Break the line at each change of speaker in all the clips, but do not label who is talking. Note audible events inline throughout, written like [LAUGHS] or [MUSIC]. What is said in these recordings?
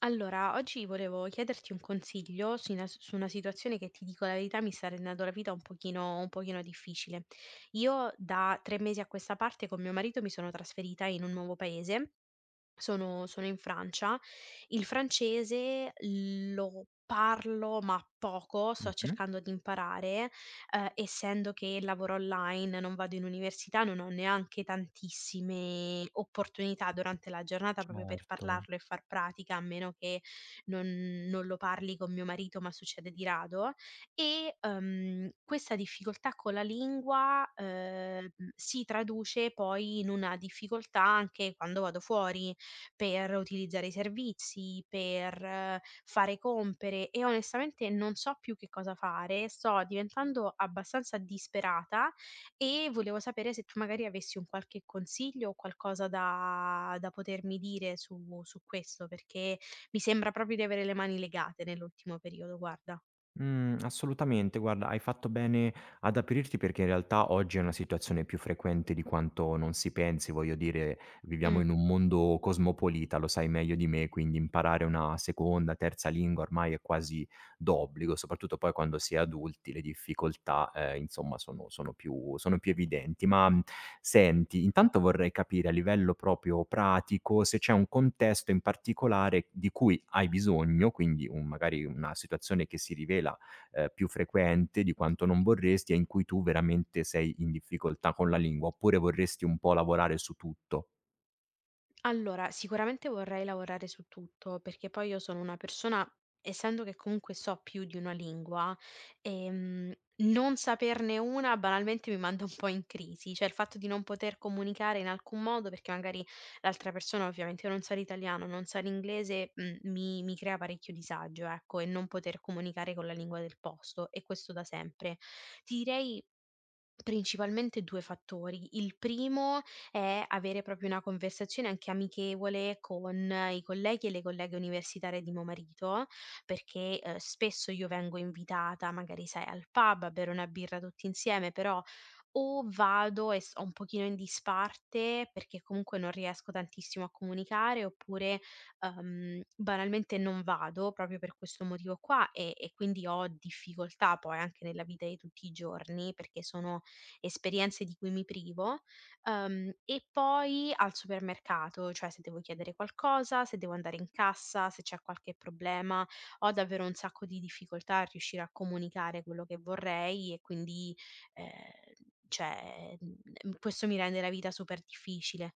Allora, oggi volevo chiederti un consiglio su una situazione che, ti dico la verità, mi sta rendendo la vita un pochino difficile. Io da tre mesi a questa parte con mio marito mi sono trasferita in un nuovo paese, sono in Francia. Il francese lo parlo, ma poco, sto
Mh-mh.
cercando di imparare, essendo che lavoro online, non vado in università, non ho neanche tantissime opportunità durante la giornata proprio per
Certo.
parlarlo e far pratica, a meno che non non lo parli con mio marito, ma succede di rado. Questa difficoltà con la lingua, si traduce poi in una difficoltà anche quando vado fuori per utilizzare i servizi, per fare compere, e onestamente non so più che cosa fare, sto diventando abbastanza disperata e volevo sapere se tu magari avessi un qualche consiglio o qualcosa da potermi dire su questo, perché mi sembra proprio di avere le mani legate nell'ultimo periodo, guarda.
Assolutamente. Guarda, hai fatto bene ad aprirti perché in realtà oggi è una situazione più frequente di quanto non si pensi. Voglio dire, viviamo
Mm.
in un mondo cosmopolita, lo sai meglio di me, quindi imparare una seconda, terza lingua ormai è quasi d'obbligo, soprattutto poi quando si è adulti le difficoltà, insomma sono più evidenti. Ma, senti, intanto vorrei capire a livello proprio pratico se c'è un contesto in particolare di cui hai bisogno, quindi un magari una situazione che si rivela, più frequente di quanto non vorresti e in cui tu veramente sei in difficoltà con la lingua, oppure vorresti un po' lavorare su tutto?
Allora, sicuramente vorrei lavorare su tutto, perché poi io sono una persona, essendo che comunque so più di una lingua, ehm, non saperne una banalmente mi manda un po' in crisi, cioè il fatto di non poter comunicare in alcun modo, perché magari l'altra persona ovviamente non sa l'italiano, non sa l'inglese, mi crea parecchio disagio, ecco, e non poter comunicare con la lingua del posto, e questo da sempre. Ti direi principalmente 2 fattori. Il primo è avere proprio una conversazione anche amichevole con i colleghi e le colleghe universitarie di mio marito, perché, spesso io vengo invitata, magari sai, al pub a bere una birra tutti insieme, però o vado e sto un pochino in disparte perché comunque non riesco tantissimo a comunicare, oppure, banalmente non vado proprio per questo motivo qua, e quindi ho difficoltà poi anche nella vita di tutti i giorni, perché sono esperienze di cui mi privo, e poi al supermercato, cioè se devo chiedere qualcosa, se devo andare in cassa, se c'è qualche problema, ho davvero un sacco di difficoltà a riuscire a comunicare quello che vorrei, e quindi, ehm, questo mi rende la vita super difficile.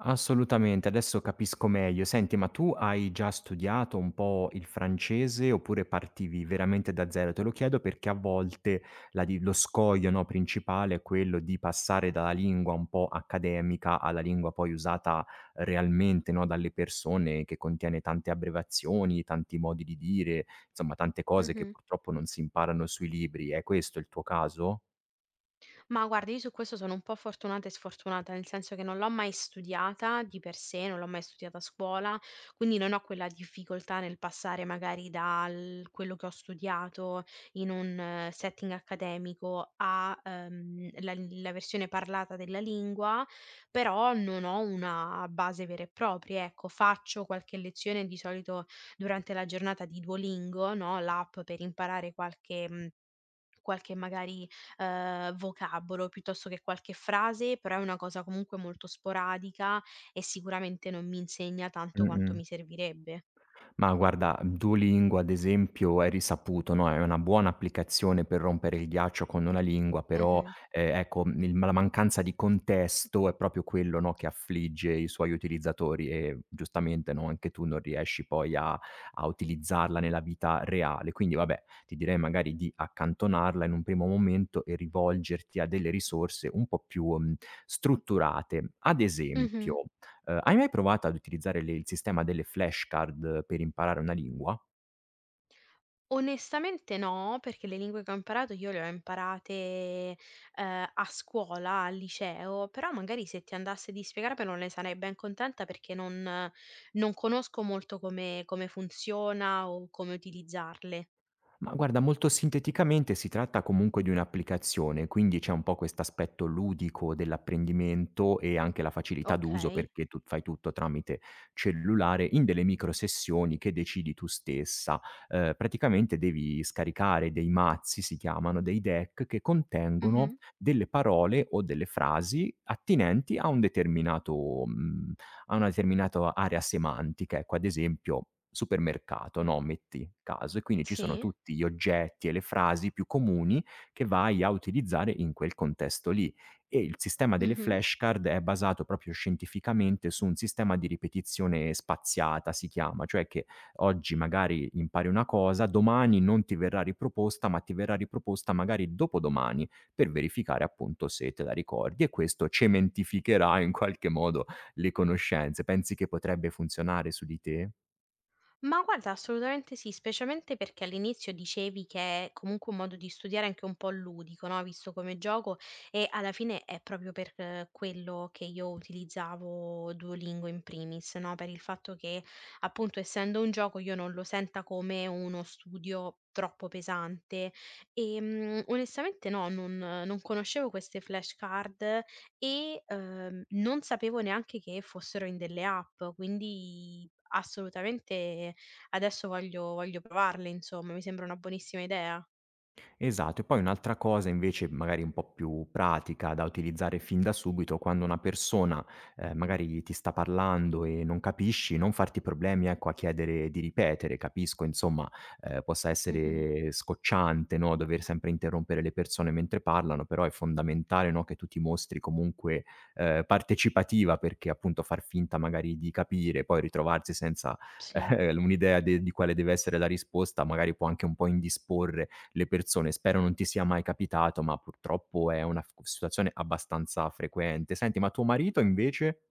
Assolutamente, adesso capisco meglio. Senti, ma tu hai già studiato un po' il francese oppure partivi veramente da zero? Te lo chiedo perché a volte la di lo scoglio, no, principale è quello di passare dalla lingua un po' accademica alla lingua poi usata realmente, no, dalle persone, che contiene tante abbreviazioni, tanti modi di dire, insomma tante cose che
Mh-mh.
purtroppo non si imparano sui libri. È questo il tuo caso?
Ma guarda, io su questo sono un po' fortunata e sfortunata, nel senso che non l'ho mai studiata di per sé, non l'ho mai studiata a scuola, quindi non ho quella difficoltà nel passare magari dal quello che ho studiato in un setting accademico a la versione parlata della lingua, però non ho una base vera e propria. Ecco, faccio qualche lezione di solito durante la giornata di Duolingo, no? L'app per imparare qualche magari, vocabolo piuttosto che qualche frase, però è una cosa comunque molto sporadica e sicuramente non mi insegna tanto quanto
Mh-mh.
mi servirebbe.
Ma guarda, Duolingo ad esempio è risaputo, no, è una buona applicazione per rompere il ghiaccio con una lingua, però,
Mh-mh.
ecco, il la mancanza di contesto è proprio quello, no, che affligge i suoi utilizzatori e giustamente, no, anche tu non riesci poi a utilizzarla nella vita reale. Quindi vabbè, ti direi magari di accantonarla in un primo momento e rivolgerti a delle risorse un po' più, strutturate. Ad
Mh-mh.
esempio hai mai provato ad utilizzare le il sistema delle flashcard per imparare una lingua?
Onestamente no, perché le lingue che ho imparato io le ho imparate, a scuola, al liceo, però magari se ti andasse di spiegarmelo non ne sarei ben contenta, perché non conosco molto come funziona o come utilizzarle.
Ma guarda, molto sinteticamente si tratta comunque di un'applicazione, quindi c'è un po' quest'aspetto ludico dell'apprendimento e anche la facilità d'uso
Okay.
perché tu fai tutto tramite cellulare in delle micro sessioni che decidi tu stessa. Praticamente devi scaricare dei mazzi, si chiamano, dei deck che
Mh-mh.
contengono delle parole o delle frasi attinenti a un determinato, mhmm a una determinata area semantica, ecco, ad esempio supermercato, no, metti caso, e quindi ci sono
Sì.
tutti gli oggetti e le frasi più comuni che vai a utilizzare in quel contesto lì. E il sistema delle
Mh-mh.
flashcard è basato proprio scientificamente su un sistema di ripetizione spaziata, si chiama, cioè che oggi magari impari una cosa, domani non ti verrà riproposta, ma ti verrà riproposta magari dopodomani per verificare appunto se te la ricordi e questo cementificherà in qualche modo le conoscenze. Pensi che potrebbe funzionare su di te?
Ma guarda, assolutamente sì, specialmente perché all'inizio dicevi che è comunque un modo di studiare anche un po' ludico, no, visto come gioco, e alla fine è proprio per, quello che io utilizzavo Duolingo in primis, no, per il fatto che, appunto, essendo un gioco io non lo senta come uno studio troppo pesante. Onestamente no, non conoscevo queste flashcard e, non sapevo neanche che fossero in delle app, quindi assolutamente. Adesso voglio provarle, insomma, mi sembra una buonissima idea.
Esatto, e poi un'altra cosa invece magari un po' più pratica da utilizzare fin da subito, quando una persona, magari ti sta parlando e non capisci, non farti problemi, ecco, a chiedere di ripetere. Capisco insomma, possa
Mh-mh,
essere scocciante, no, dover sempre interrompere le persone mentre parlano, però è fondamentale, no, che tu ti mostri comunque, partecipativa perché appunto far finta magari di capire, poi ritrovarsi senza,
sì.
ehm, [LAUGHS] un'idea de di quale deve essere la risposta, magari può anche un po' indisporre le persone. Spero non ti sia mai capitato, ma purtroppo è una f situazione abbastanza frequente. Senti, ma tuo marito invece?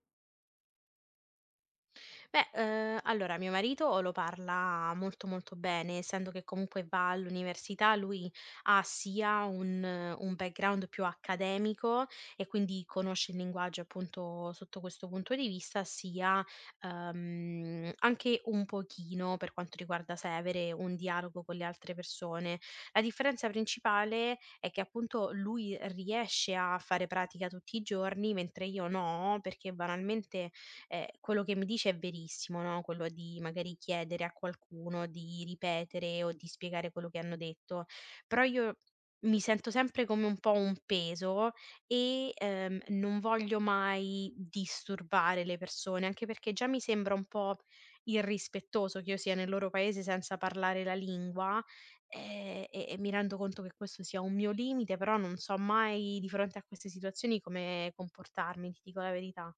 Beh, allora mio marito lo parla molto, molto bene, essendo che comunque va all'università, lui ha sia un background più accademico, e quindi conosce il linguaggio appunto sotto questo punto di vista, sia, anche un pochino, per quanto riguarda sai, avere un dialogo con le altre persone. La differenza principale è che appunto lui riesce a fare pratica tutti i giorni, mentre io no, perché banalmente, quello che mi dice è verissimo, no, quello di magari chiedere a qualcuno di ripetere o di spiegare quello che hanno detto, però io mi sento sempre come un po' un peso e, non voglio mai disturbare le persone, anche perché già mi sembra un po' irrispettoso che io sia nel loro paese senza parlare la lingua, e mi rendo conto che questo sia un mio limite, però non so mai di fronte a queste situazioni come comportarmi, ti dico la verità.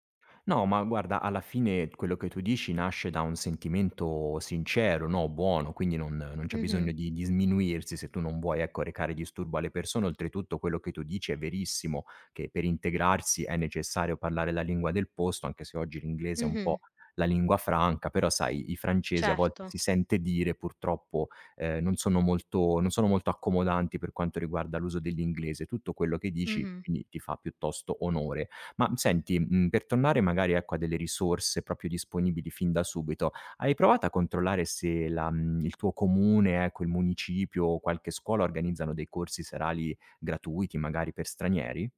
No, ma guarda, alla fine quello che tu dici nasce da un sentimento sincero, no, buono, quindi non c'è
Mh-mh.
bisogno di sminuirsi se tu non vuoi, ecco, recare disturbo alle persone. Oltretutto quello che tu dici è verissimo, che per integrarsi è necessario parlare la lingua del posto, anche se oggi l'inglese è un
Mh-mh.
po' la lingua franca, però sai, i francesi a
Certo.
volte si sente dire purtroppo, non sono molto accomodanti per quanto riguarda l'uso dell'inglese. Tutto quello che dici,
Mh-mh.
quindi, ti fa piuttosto onore. Ma senti, per tornare magari ecco a delle risorse proprio disponibili fin da subito, hai provato a controllare se il tuo comune, ecco, il municipio o qualche scuola organizzano dei corsi serali gratuiti magari per stranieri?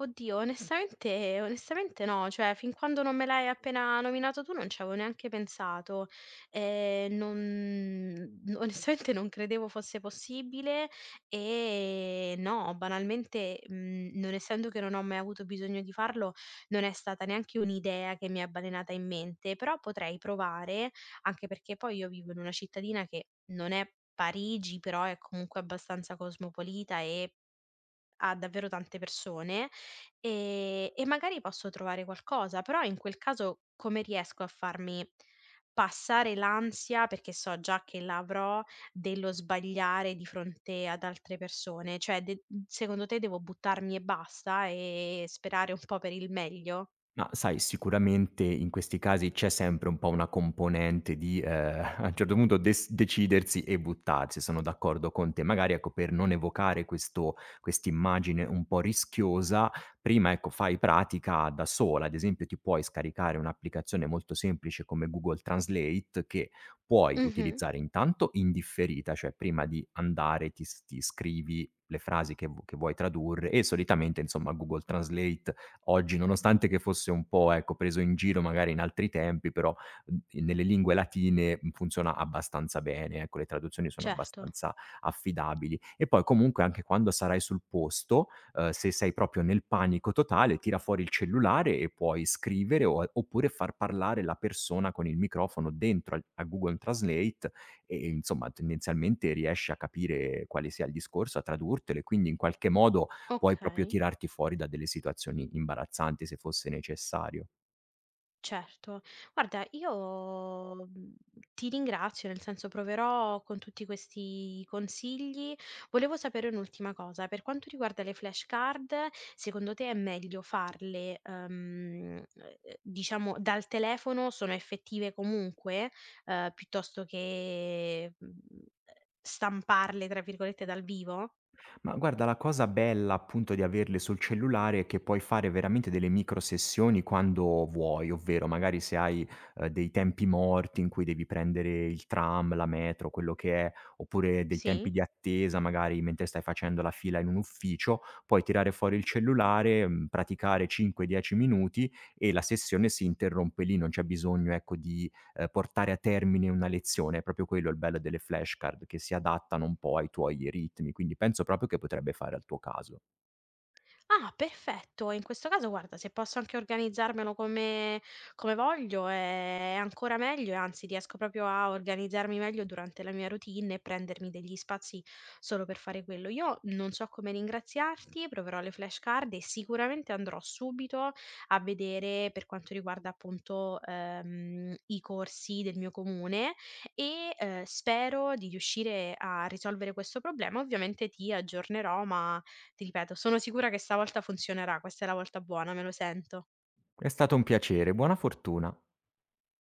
Oddio, onestamente no, cioè fin quando non me l'hai appena nominato tu non ci avevo neanche pensato. Non No, onestamente non credevo fosse possibile e no, banalmente, non essendo che non ho mai avuto bisogno di farlo, non è stata neanche un'idea che mi è balenata in mente, però potrei provare, anche perché poi io vivo in una cittadina che non è Parigi, però è comunque abbastanza cosmopolita e a davvero tante persone, e magari posso trovare qualcosa, però in quel caso come riesco a farmi passare l'ansia, perché so già che l'avrò, dello sbagliare di fronte ad altre persone? Cioè de secondo te devo buttarmi e basta e sperare un po' per il meglio?
Ma sai, sicuramente in questi casi c'è sempre un po' una componente di, [LAUGHS] a un certo punto des decidersi e buttarsi, sono d'accordo con te. Magari, ecco, per non evocare questo quest'immagine un po' rischiosa, prima, ecco, fai pratica da sola. Ad esempio, ti puoi scaricare un'applicazione molto semplice come Google Translate, che puoi
Mh-mh.
utilizzare intanto in differita, cioè prima di andare ti scrivi le frasi che vuoi tradurre e solitamente, insomma, Google Translate oggi, nonostante che fosse un po', ecco, preso in giro magari in altri tempi, però, nelle lingue latine, funziona abbastanza bene, ecco, le traduzioni sono
Certo,
abbastanza affidabili. E poi comunque anche quando sarai sul posto, se sei proprio nel panico totale, tira fuori il cellulare e puoi scrivere o a oppure far parlare la persona con il microfono dentro al a Google Translate e, insomma, tendenzialmente riesci a capire quale sia il discorso, a tradurtelo e quindi in qualche modo puoi proprio
okay.
tirarti fuori da delle situazioni imbarazzanti se fosse necessario.
Certo. Guarda, io, ti ringrazio, nel senso proverò con tutti questi consigli. Volevo sapere un'ultima cosa: per quanto riguarda le flashcard, secondo te è meglio farle, diciamo dal telefono, sono effettive comunque, piuttosto che, ehm, "stamparle" tra virgolette dal vivo?
Ma guarda, la cosa bella appunto di averle sul cellulare è che puoi fare veramente delle micro sessioni quando vuoi, ovvero magari se hai, dei tempi morti in cui devi prendere il tram, la metro, quello che è, oppure dei tempi
Sì?
di attesa magari mentre stai facendo la fila in un ufficio, puoi tirare fuori il cellulare, praticare 5, 10 minuti e la sessione si interrompe lì, non c'è bisogno ecco di portare a termine una lezione. È proprio quello il bello delle flashcard, che si adattano un po' ai tuoi ritmi, quindi penso proprio che potrebbe fare al tuo caso.
Ah, perfetto. E in questo caso guarda, se posso anche organizzarmelo come voglio è ancora meglio, e anzi riesco proprio a organizzarmi meglio durante la mia routine e prendermi degli spazi solo per fare quello. Io non so come ringraziarti, proverò le flashcard e sicuramente andrò subito a vedere per quanto riguarda appunto, i corsi del mio comune e, spero di riuscire a risolvere questo problema. Ovviamente ti aggiornerò, ma ti ripeto, sono sicura che stavolta funzionerà, questa è la volta buona, me lo sento.
È stato un piacere, buona fortuna.